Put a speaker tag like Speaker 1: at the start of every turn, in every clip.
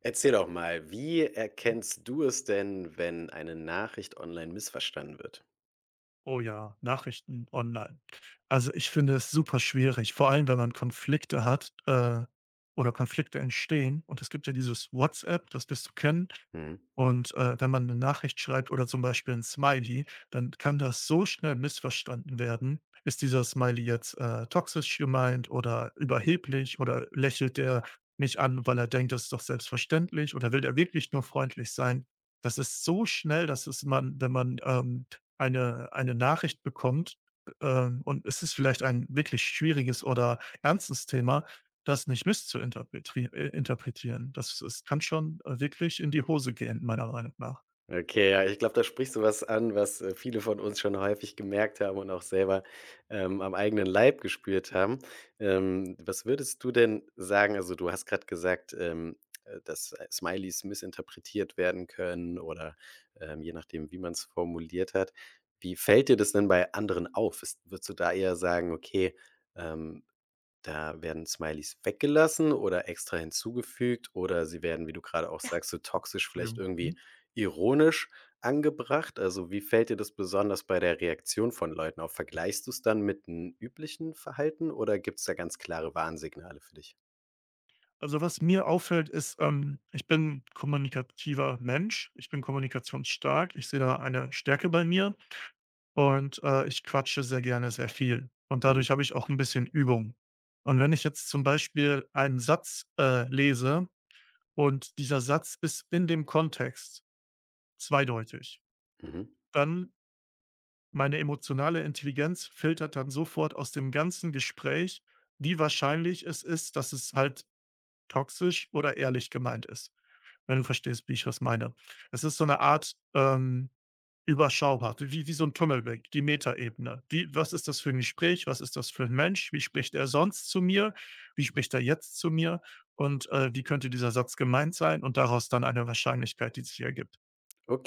Speaker 1: Erzähl doch mal, wie
Speaker 2: Mhm.
Speaker 1: erkennst du es denn, wenn eine Nachricht online missverstanden wird?
Speaker 2: Oh ja, Nachrichten online. Also, ich finde es super schwierig, vor allem, wenn man Konflikte hat, oder Konflikte entstehen, und es gibt ja dieses WhatsApp, das wirst du kennen.
Speaker 1: Mhm.
Speaker 2: Und, wenn man eine Nachricht schreibt oder zum Beispiel ein Smiley, dann kann das so schnell missverstanden werden. Ist dieser Smiley jetzt, toxisch gemeint oder überheblich, oder lächelt der mich an, weil er denkt, das ist doch selbstverständlich, oder will er wirklich nur freundlich sein? Das ist so schnell, dass es man wenn man, eine Nachricht bekommt, und es ist vielleicht ein wirklich schwieriges oder ernstes Thema, das nicht misszuinterpretri interpretieren. Das es kann schon, wirklich in die Hose gehen, meiner Meinung nach.
Speaker 1: Okay, ja, ich glaube, da sprichst du was an, was viele von uns schon häufig gemerkt haben und auch selber am eigenen Leib gespürt haben. Was würdest du denn sagen? Also, du hast gerade gesagt, dass Smileys missinterpretiert werden können oder je nachdem, wie man es formuliert hat. Wie fällt dir das denn bei anderen auf? Ist, würdest du da eher sagen, okay, ähm, da werden Smileys weggelassen oder extra hinzugefügt oder sie werden, wie du gerade auch sagst, so toxisch vielleicht
Speaker 2: Entschuldigung. Mhm.
Speaker 1: irgendwie ironisch angebracht. Also, wie fällt dir das besonders bei der Reaktion von Leuten auf? Vergleichst du es dann mit 'n üblichen Verhalten oder gibt es da ganz klare Warnsignale für dich?
Speaker 2: Also, was mir auffällt, ist, ich bin kommunikativer Mensch. Ich bin kommunikationsstark. Ich sehe da eine Stärke bei mir, und, ich quatsche sehr gerne sehr viel. Und
Speaker 1: Mhm,
Speaker 2: dadurch habe ich auch ein bisschen Übung. Und wenn ich jetzt zum Beispiel einen Satz, lese, und dieser Satz ist in dem Kontext zweideutig.
Speaker 1: mhm.
Speaker 2: Dann, meine emotionale Intelligenz filtert dann sofort aus dem ganzen Gespräch, wie wahrscheinlich es ist, dass es halt toxisch oder ehrlich gemeint ist, wenn du verstehst, wie ich das meine. Es ist so eine Art, überschaubar, wie so ein Tunnelblick, die Metaebene. Wie, was ist das für ein Gespräch? Was ist das für ein Mensch? Wie spricht er sonst zu mir? Wie spricht er jetzt zu mir? Und, wie könnte dieser Satz gemeint sein? Und daraus dann eine Wahrscheinlichkeit, die sich ergibt.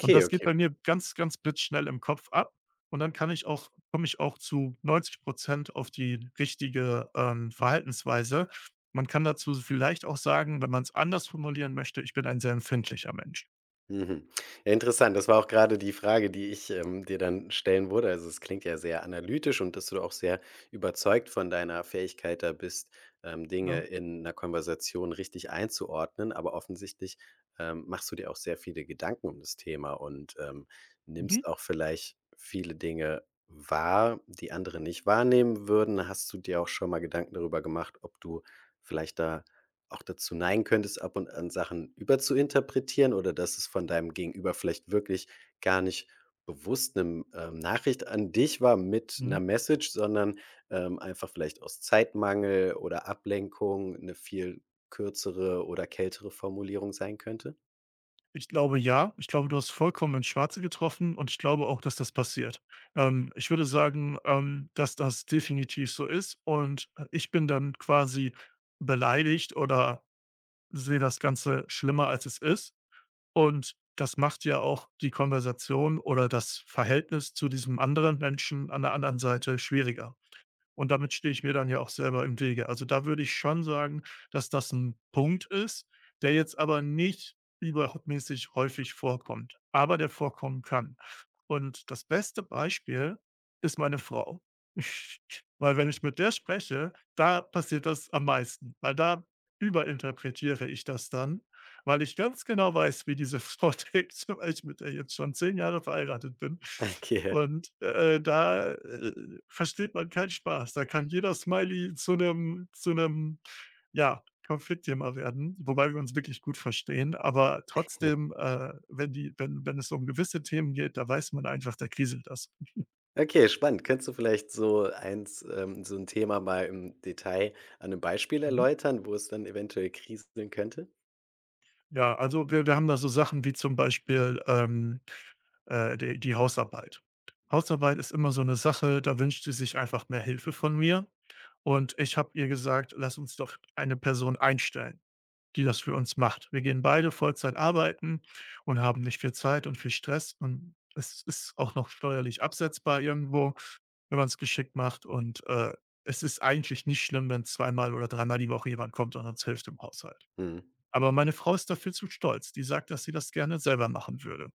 Speaker 2: Und das geht
Speaker 1: okay.
Speaker 2: bei mir ganz, ganz blitzschnell im Kopf ab, und dann kann ich auch zu 90% auf die richtige, Verhaltensweise. Man kann dazu vielleicht auch sagen, wenn man es anders formulieren möchte, ich bin ein sehr empfindlicher Mensch,
Speaker 1: Mhm. Ja, interessant. Das war auch gerade die Frage, die ich, dir dann stellen würde. Also, es klingt ja sehr analytisch und dass du auch sehr überzeugt von deiner Fähigkeit da bist, Dinge
Speaker 2: ne?
Speaker 1: in einer Konversation richtig einzuordnen. Aber offensichtlich, machst du dir auch sehr viele Gedanken um das Thema und,
Speaker 2: Mhm,
Speaker 1: nimmst auch vielleicht viele Dinge wahr, die andere nicht wahrnehmen würden. Hast du dir auch schon mal Gedanken darüber gemacht, ob du vielleicht da auch dazu neigen könntest, ab und an Sachen überzuinterpretieren oder dass es von deinem Gegenüber vielleicht wirklich gar nicht bewusst eine Nachricht an dich war mit
Speaker 2: mhm.
Speaker 1: einer Message, sondern, einfach vielleicht aus Zeitmangel oder Ablenkung eine viel kürzere oder kältere Formulierung sein könnte?
Speaker 2: Ich glaube, ja. Ich glaube, du hast vollkommen ins Schwarze getroffen, und ich glaube auch, dass das passiert. Ich würde sagen, dass das definitiv so ist, und, ich bin dann quasi beleidigt oder sehe das Ganze schlimmer, als es ist. Und das macht ja auch die Konversation oder das Verhältnis zu diesem anderen Menschen an der anderen Seite schwieriger. Und damit stehe ich mir dann ja auch selber im Wege. Also, da würde ich schon sagen, dass das ein Punkt ist, der jetzt aber nicht übermäßig häufig vorkommt, aber der vorkommen kann. Und das beste Beispiel ist meine Frau. Weil wenn ich mit der spreche, da passiert das am meisten, weil da überinterpretiere ich das dann, weil ich ganz genau weiß, wie diese Frau denkt, weil ich mit der jetzt schon 10 Jahre verheiratet bin.
Speaker 1: Okay.
Speaker 2: Und, da versteht man keinen Spaß. Da kann jeder Smiley zu einem, ja, Konfliktthema werden, wobei wir uns wirklich gut verstehen. Aber trotzdem, wenn die wenn es um gewisse Themen geht, da weiß man einfach, da kriselt das.
Speaker 1: Okay, spannend. Könntest du vielleicht so eins so ein Thema mal im Detail an einem Beispiel
Speaker 2: Mhm.
Speaker 1: erläutern, wo es dann eventuell kriseln könnte?
Speaker 2: Ja, also wir haben da so Sachen wie zum Beispiel, die Hausarbeit. Hausarbeit ist immer so eine Sache, da wünscht sie sich einfach mehr Hilfe von mir, und ich habe ihr gesagt: „Lass uns doch eine Person einstellen,“ die das für uns macht. Wir gehen beide Vollzeit arbeiten und haben nicht viel Zeit und viel Stress, und es ist auch noch steuerlich absetzbar irgendwo, wenn man es geschickt macht, und, es ist eigentlich nicht schlimm, wenn zweimal oder dreimal die Woche jemand kommt und uns hilft im Haushalt.
Speaker 1: Mhm.
Speaker 2: Aber meine Frau ist dafür zu stolz. Die sagt, dass sie das gerne selber machen würde.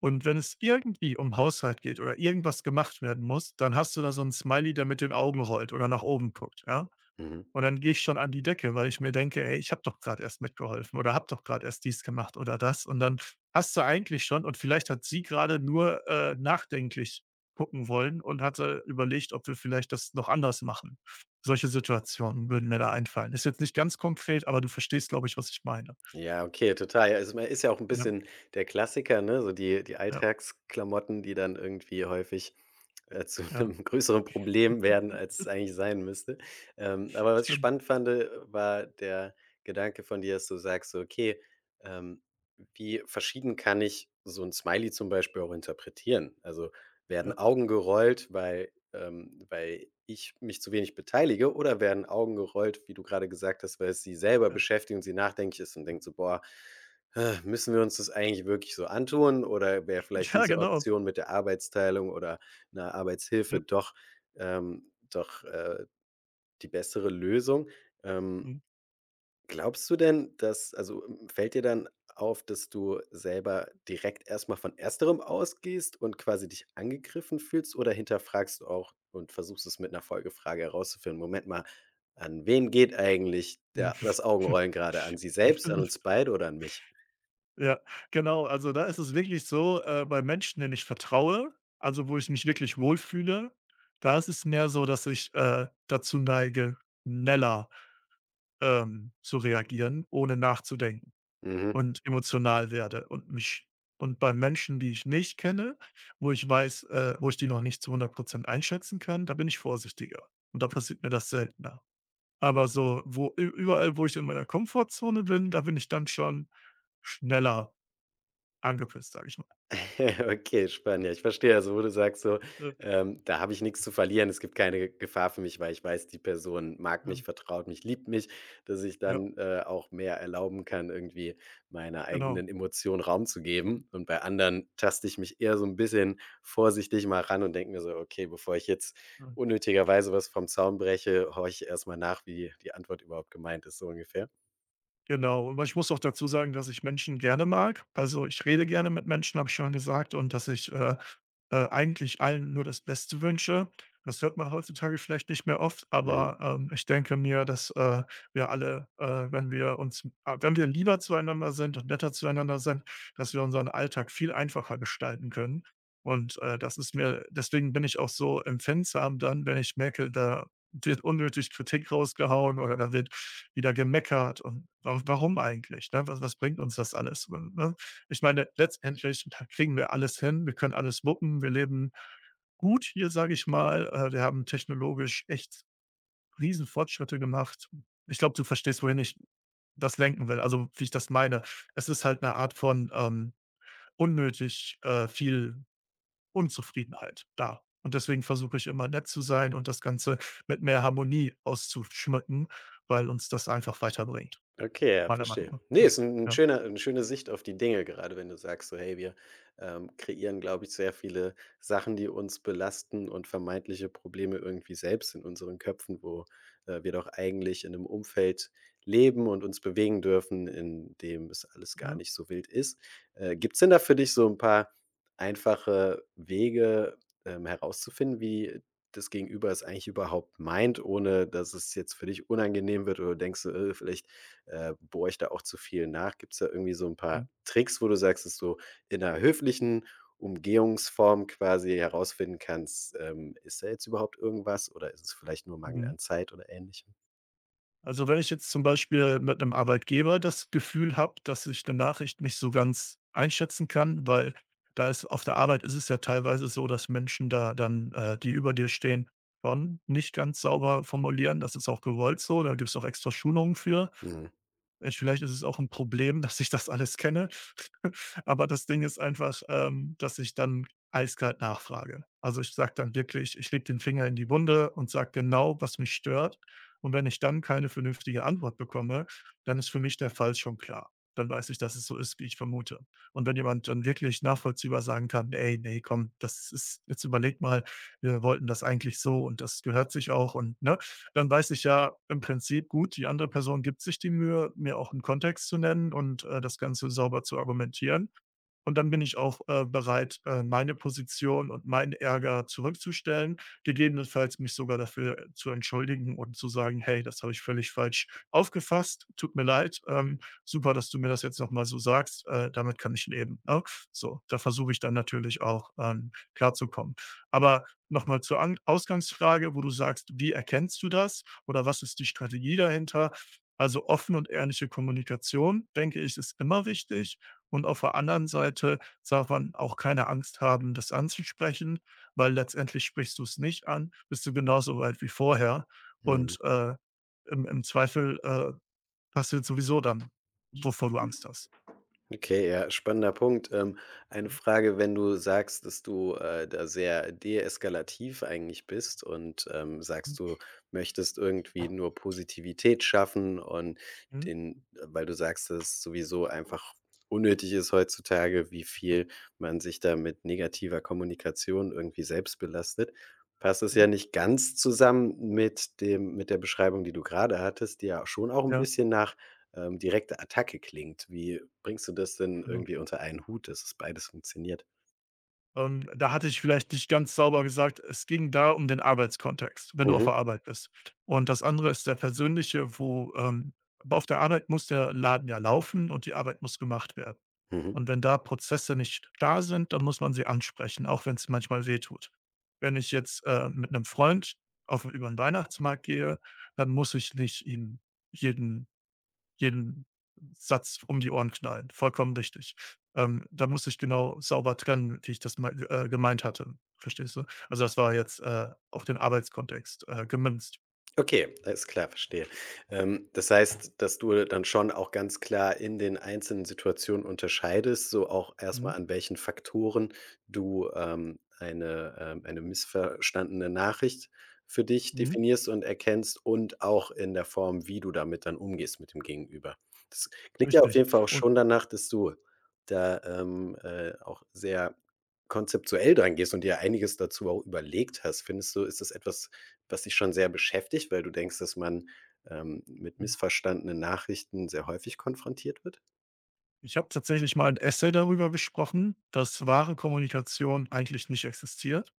Speaker 2: Und wenn es irgendwie um Haushalt geht oder irgendwas gemacht werden muss, dann hast du da so ein Smiley, der mit den Augen rollt oder nach oben guckt, ja?
Speaker 1: Mhm.
Speaker 2: Und dann gehe ich schon an die Decke, weil ich mir denke: „Ey, ich habe doch gerade erst mitgeholfen oder habe doch gerade erst dies gemacht oder das.“ Und dann hast du eigentlich schon, und vielleicht hat sie gerade nur, nachdenklich gucken wollen und hatte überlegt, ob wir vielleicht das noch anders machen. Solche Situationen würden mir da einfallen. Ist jetzt nicht ganz konkret, aber du verstehst, glaube ich, was ich meine.
Speaker 1: Ja, okay, total. Ja, also, man ist ja auch ein
Speaker 2: Ja,
Speaker 1: bisschen der Klassiker, ne, so die
Speaker 2: ja,
Speaker 1: Alltagsklamotten, die dann irgendwie häufig, zu
Speaker 2: ja,
Speaker 1: einem größeren Problem werden, als es eigentlich sein müsste. Aber was ich
Speaker 2: stimmt.
Speaker 1: spannend fand, war der Gedanke von dir, dass du sagst so: „Okay, ähm, wie verschieden kann ich so ein Smiley zum Beispiel auch interpretieren?“ Also, werden
Speaker 2: Ja,
Speaker 1: Augen gerollt, weil weil ich mich zu wenig beteilige oder werden Augen gerollt, wie du gerade gesagt hast, weil es sie selber
Speaker 2: ja.
Speaker 1: beschäftigt und sie nachdenklich ist und denkt so: „Boah, müssen wir uns das eigentlich wirklich so antun oder wäre vielleicht
Speaker 2: Ja,
Speaker 1: diese
Speaker 2: genau.
Speaker 1: Option mit der Arbeitsteilung oder einer Arbeitshilfe
Speaker 2: Ja,
Speaker 1: doch, doch, die bessere Lösung?“ Ähm
Speaker 2: mhm,
Speaker 1: Glaubst du denn, dass also, fällt dir dann auf, dass du selber direkt erstmal von ersterem ausgehst und quasi dich angegriffen fühlst oder hinterfragst du auch und versuchst es mit einer Folgefrage herauszufinden? Moment mal, an wen geht eigentlich
Speaker 2: mhm.
Speaker 1: der das Augenrollen gerade? An sie selbst, an uns beide oder an mich?
Speaker 2: Ja, genau. Also, da ist es wirklich so, bei Menschen, denen ich vertraue, also, wo ich mich wirklich wohlfühle, da ist es mehr so, dass ich, dazu neige, schneller, zu reagieren, ohne nachzudenken,
Speaker 1: Mhm.
Speaker 2: und emotional werde und mich, und bei Menschen, die ich nicht kenne, wo ich weiß, wo ich die noch nicht zu 100% einschätzen kann, da bin ich vorsichtiger und da passiert mir das seltener. Aber so, wo überall, wo ich in meiner Komfortzone bin, da bin ich dann schon schneller angepisst, sage ich mal.
Speaker 1: Okay, spannend. Ja, ich verstehe, also, wo du sagst so,
Speaker 2: Ja,
Speaker 1: „Da habe ich nichts zu verlieren. Es gibt keine Gefahr für mich, weil ich weiß, die Person mag
Speaker 2: ja,
Speaker 1: mich, vertraut mich, liebt mich“, dass ich
Speaker 2: ja,
Speaker 1: dann, auch mehr erlauben kann, irgendwie meiner
Speaker 2: genau.
Speaker 1: eigenen Emotion Raum zu geben. Und bei anderen taste ich mich eher so ein bisschen vorsichtig mal ran und denke mir so: „Okay, bevor ich jetzt
Speaker 2: Ja,
Speaker 1: unnötigerweise was vom Zaun breche, horche ich erst mal nach, wie die Antwort überhaupt gemeint ist“, so ungefähr?
Speaker 2: genau. Aber ich muss auch dazu sagen, dass ich Menschen gerne mag. Also, ich rede gerne mit Menschen, habe ich schon gesagt, und dass ich, eigentlich allen nur das Beste wünsche. Das hört man heutzutage vielleicht nicht mehr oft, aber,
Speaker 1: Mhm.
Speaker 2: ich denke mir, dass, wir alle, wenn wir uns wenn wir lieber zueinander sind und netter zueinander sind, dass wir unseren Alltag viel einfacher gestalten können. Und, das ist mir, deswegen bin ich auch so empfindsam dann, wenn ich merke, da wird unnötig Kritik rausgehauen oder da wird wieder gemeckert, und wa warum eigentlich, ne? Was bringt uns das alles, ne? Ich meine, letztendlich kriegen wir alles hin. Wir können alles wuppen. Wir leben gut hier, sage ich mal. Wir haben technologisch echt riesen Fortschritte gemacht. Ich glaube, du verstehst, wohin ich das lenken will, also wie ich das meine. Es ist halt eine Art von, unnötig, viel Unzufriedenheit da. Und deswegen versuche ich immer nett zu sein und das Ganze mit mehr Harmonie auszuschmücken, weil uns das einfach weiterbringt,
Speaker 1: Okay, ja,
Speaker 2: meiner
Speaker 1: verstehe.
Speaker 2: Meinung
Speaker 1: Ne,
Speaker 2: nach, ne?
Speaker 1: ist
Speaker 2: Ja.
Speaker 1: eine schöne Sicht auf die Dinge, gerade wenn du sagst so: „Hey, wir, kreieren, glaube ich, sehr viele Sachen, die uns belasten und vermeintliche Probleme irgendwie selbst in unseren Köpfen, wo, wir doch eigentlich in einem Umfeld leben und uns bewegen dürfen, in dem es alles gar
Speaker 2: Ja.
Speaker 1: nicht so wild ist.“ Gibt es denn da für dich so ein paar einfache Wege, herauszufinden, wie das Gegenüber es eigentlich überhaupt meint, ohne dass es jetzt für dich unangenehm wird oder du denkst so: vielleicht bohre ich da auch zu viel nach? Gibt's da irgendwie so ein
Speaker 2: Mhm.
Speaker 1: paar Tricks, wo du sagst, dass du in einer höflichen Umgehungsform quasi herausfinden kannst, ist da jetzt überhaupt irgendwas oder ist es vielleicht nur Mangel
Speaker 2: Mhm.
Speaker 1: an Zeit oder Ähnlichem?
Speaker 2: Also, wenn ich jetzt zum Beispiel mit einem Arbeitgeber das Gefühl habe, dass ich 'ne Nachricht nicht so ganz einschätzen kann, weil da ist auf der Arbeit ist es ja teilweise so, dass Menschen da dann, die über dir stehen, schon nicht ganz sauber formulieren. Das ist auch gewollt so, da gibt es auch extra Schulungen für.
Speaker 1: Mhm.
Speaker 2: Vielleicht ist es auch ein Problem, dass ich das alles kenne. Aber das Ding ist einfach, dass ich dann eiskalt nachfrage. Also, ich sage dann wirklich, ich lege den Finger in die Wunde und sage genau, was mich stört. Und wenn ich dann keine vernünftige Antwort bekomme, dann ist für mich der Fall schon klar. Dann weiß ich, dass es so ist, wie ich vermute. Und wenn jemand dann wirklich nachvollziehbar sagen kann: „Ey, nee, komm, das ist jetzt, überleg mal, wir wollten das eigentlich so und das gehört sich auch und,“ ne? Dann weiß ich ja im Prinzip, gut, die andere Person gibt sich die Mühe, mir auch einen Kontext zu nennen und, das Ganze sauber zu argumentieren. Und dann bin ich auch, bereit, meine Position und meinen Ärger zurückzustellen, gegebenenfalls mich sogar dafür zu entschuldigen und zu sagen: „Hey, das habe ich völlig falsch aufgefasst. Tut mir leid. Super, dass du mir das jetzt noch mal so sagst. Damit kann ich leben,“ ne? So, da versuche ich dann natürlich auch, klarzukommen. Aber noch mal zur An Ausgangsfrage, wo du sagst: „Wie erkennst du das oder was ist die Strategie dahinter?“ Also, offene und ehrliche Kommunikation, denke ich, ist immer wichtig. Und auf der anderen Seite darf man auch keine Angst haben, das anzusprechen, weil letztendlich, sprichst du es nicht an, bist du genauso weit wie vorher,
Speaker 1: Mhm.
Speaker 2: und, im Zweifel, passiert sowieso dann, wovor du Angst hast.
Speaker 1: Okay, ja, spannender Punkt. Eine
Speaker 2: Mhm,
Speaker 1: Frage, wenn du sagst, dass du, da sehr deeskalativ eigentlich bist und, sagst, du möchtest irgendwie nur Positivität schaffen und
Speaker 2: mhm,
Speaker 1: den weil du sagst, dass es sowieso einfach unnötig ist heutzutage, wie viel man sich da mit negativer Kommunikation irgendwie selbst belastet, passt es
Speaker 2: mhm,
Speaker 1: ja
Speaker 2: mhm,
Speaker 1: nicht ganz zusammen mit dem mit der Beschreibung, die du gerade hattest, die ja schon auch ein
Speaker 2: ja,
Speaker 1: bisschen nach direkte Attacke klingt. Wie bringst du das denn
Speaker 2: genau.
Speaker 1: irgendwie unter einen Hut, dass es beides funktioniert?
Speaker 2: Da hatte ich vielleicht nicht ganz sauber gesagt, es ging da um den Arbeitskontext, wenn du auf
Speaker 1: Mhm,
Speaker 2: der Arbeit bist. Und das andere ist der persönliche, wo, aber auf der Arbeit muss der Laden ja laufen und die Arbeit muss gemacht werden.
Speaker 1: mhm.
Speaker 2: Und wenn da Prozesse nicht da sind, dann muss man sie ansprechen, auch wenn es manchmal wehtut. Wenn ich jetzt, mit einem Freund auf über den Weihnachtsmarkt gehe, dann muss ich nicht ihm jeden jeden Satz um die Ohren knallen. Vollkommen richtig. Da muss ich genau sauber trennen, wie ich das mei gemeint hatte. Verstehst du? Also, das war jetzt, auf den Arbeitskontext, gemünzt.
Speaker 1: Okay, alles klar, verstehe. Das heißt, dass du dann schon auch ganz klar in den einzelnen Situationen unterscheidest, so auch erstmal
Speaker 2: Mhm,
Speaker 1: an welchen Faktoren du, eine missverstandene Nachricht für dich
Speaker 2: mhm,
Speaker 1: definierst und erkennst und auch in der Form, wie du damit dann umgehst mit dem Gegenüber. Das klingt ja auf
Speaker 2: richtig.
Speaker 1: jeden Fall auch
Speaker 2: Und
Speaker 1: schon danach, dass du da, auch sehr konzeptuell dran gehst und dir einiges dazu auch überlegt hast. Findest du, ist das etwas, was dich schon sehr beschäftigt, weil du denkst, dass man, mit
Speaker 2: mhm.
Speaker 1: missverstandenen Nachrichten sehr häufig konfrontiert wird?
Speaker 2: Ich habe tatsächlich mal ein Essay darüber gesprochen, dass wahre Kommunikation eigentlich nicht existiert.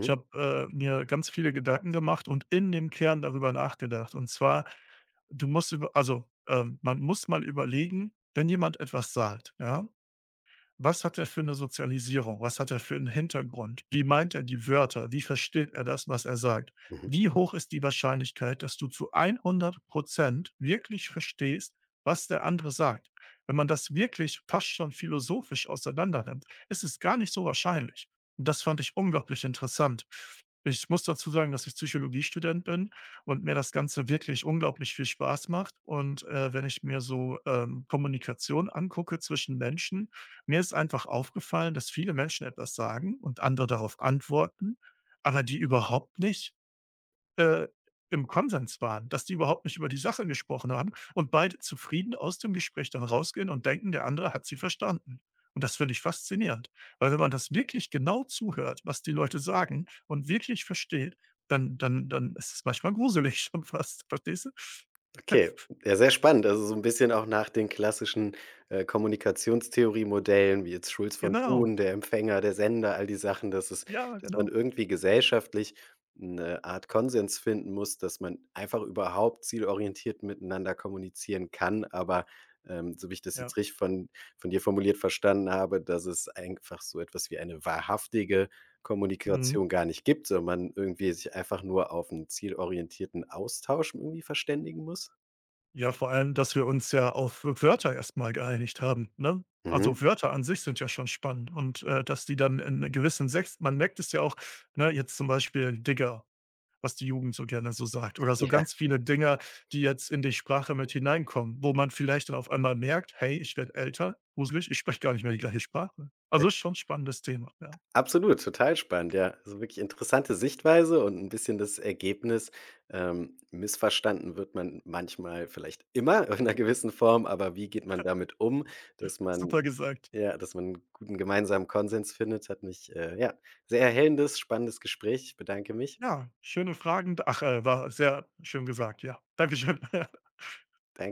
Speaker 2: Ich habe, mir ganz viele Gedanken gemacht und in dem Kern darüber nachgedacht. Und zwar, du musst über also, man muss mal überlegen, wenn jemand etwas sagt, ja? Was hat er für eine Sozialisierung? Was hat er für einen Hintergrund? Wie meint er die Wörter? Wie versteht er das, was er sagt?
Speaker 1: Mhm.
Speaker 2: Wie hoch ist die Wahrscheinlichkeit, dass du zu 100% wirklich verstehst, was der andere sagt? Wenn man das wirklich fast schon philosophisch auseinander nimmt, ist es gar nicht so wahrscheinlich. Und das fand ich unglaublich interessant. Ich muss dazu sagen, dass ich Psychologiestudent bin und mir das Ganze wirklich unglaublich viel Spaß macht. Und, wenn ich mir so, Kommunikation angucke zwischen Menschen, mir ist einfach aufgefallen, dass viele Menschen etwas sagen und andere darauf antworten, aber die überhaupt nicht, äh, im Konsens waren, dass die überhaupt nicht über die Sache gesprochen haben, und beide zufrieden aus dem Gespräch dann rausgehen und denken, der andere hat sie verstanden. Und das finde ich faszinierend, weil wenn man das wirklich genau zuhört, was die Leute sagen, und wirklich versteht, dann dann ist es manchmal gruselig schon fast, verstehst du?
Speaker 1: Okay, ja, sehr spannend. Also so ein bisschen auch nach den klassischen, Kommunikationstheorie-Modellen, wie jetzt Schulz von
Speaker 2: Genau.
Speaker 1: Thun, der Empfänger, der Sender, all die Sachen,
Speaker 2: Ja,
Speaker 1: dass man
Speaker 2: genau.
Speaker 1: irgendwie gesellschaftlich eine Art Konsens finden muss, dass man einfach überhaupt zielorientiert miteinander kommunizieren kann. Aber, so wie ich das
Speaker 2: Ja.
Speaker 1: jetzt richtig von dir formuliert verstanden habe, dass es einfach so etwas wie eine wahrhaftige
Speaker 2: Mhm.
Speaker 1: Kommunikation gar nicht gibt, sondern man irgendwie sich einfach nur auf einen zielorientierten Austausch irgendwie verständigen muss?
Speaker 2: Ja, vor allem, dass wir uns ja auf Wörter erstmal geeinigt haben, ne? Also,
Speaker 1: Mhm.
Speaker 2: Wörter an sich sind ja schon spannend, und, dass die dann in einem gewissen Sex, man merkt es ja auch, ne, jetzt zum Beispiel Digger, was die Jugend so gerne so sagt, oder so
Speaker 1: Ja,
Speaker 2: ganz viele Dinge, die jetzt in die Sprache mit hineinkommen, wo man vielleicht dann auf einmal merkt: „Hey, ich werde älter, gruselig, ich spreche gar nicht mehr die gleiche Sprache.“
Speaker 1: äh,
Speaker 2: Also, ist schon 'n spannendes Thema, ja.
Speaker 1: absolut, total spannend, ja. Also, wirklich interessante Sichtweise und ein bisschen das Ergebnis. Missverstanden wird man manchmal vielleicht immer in einer gewissen Form, aber wie geht man damit um, dass man
Speaker 2: Super gesagt.
Speaker 1: ja, dass man 'n guten gemeinsamen Konsens findet, hat mich, ja, sehr erhellendes, spannendes Gespräch. Ich bedanke mich.
Speaker 2: Ja, schöne Fragen. Ach, war sehr schön gesagt, ja. Dankeschön.
Speaker 1: Danke.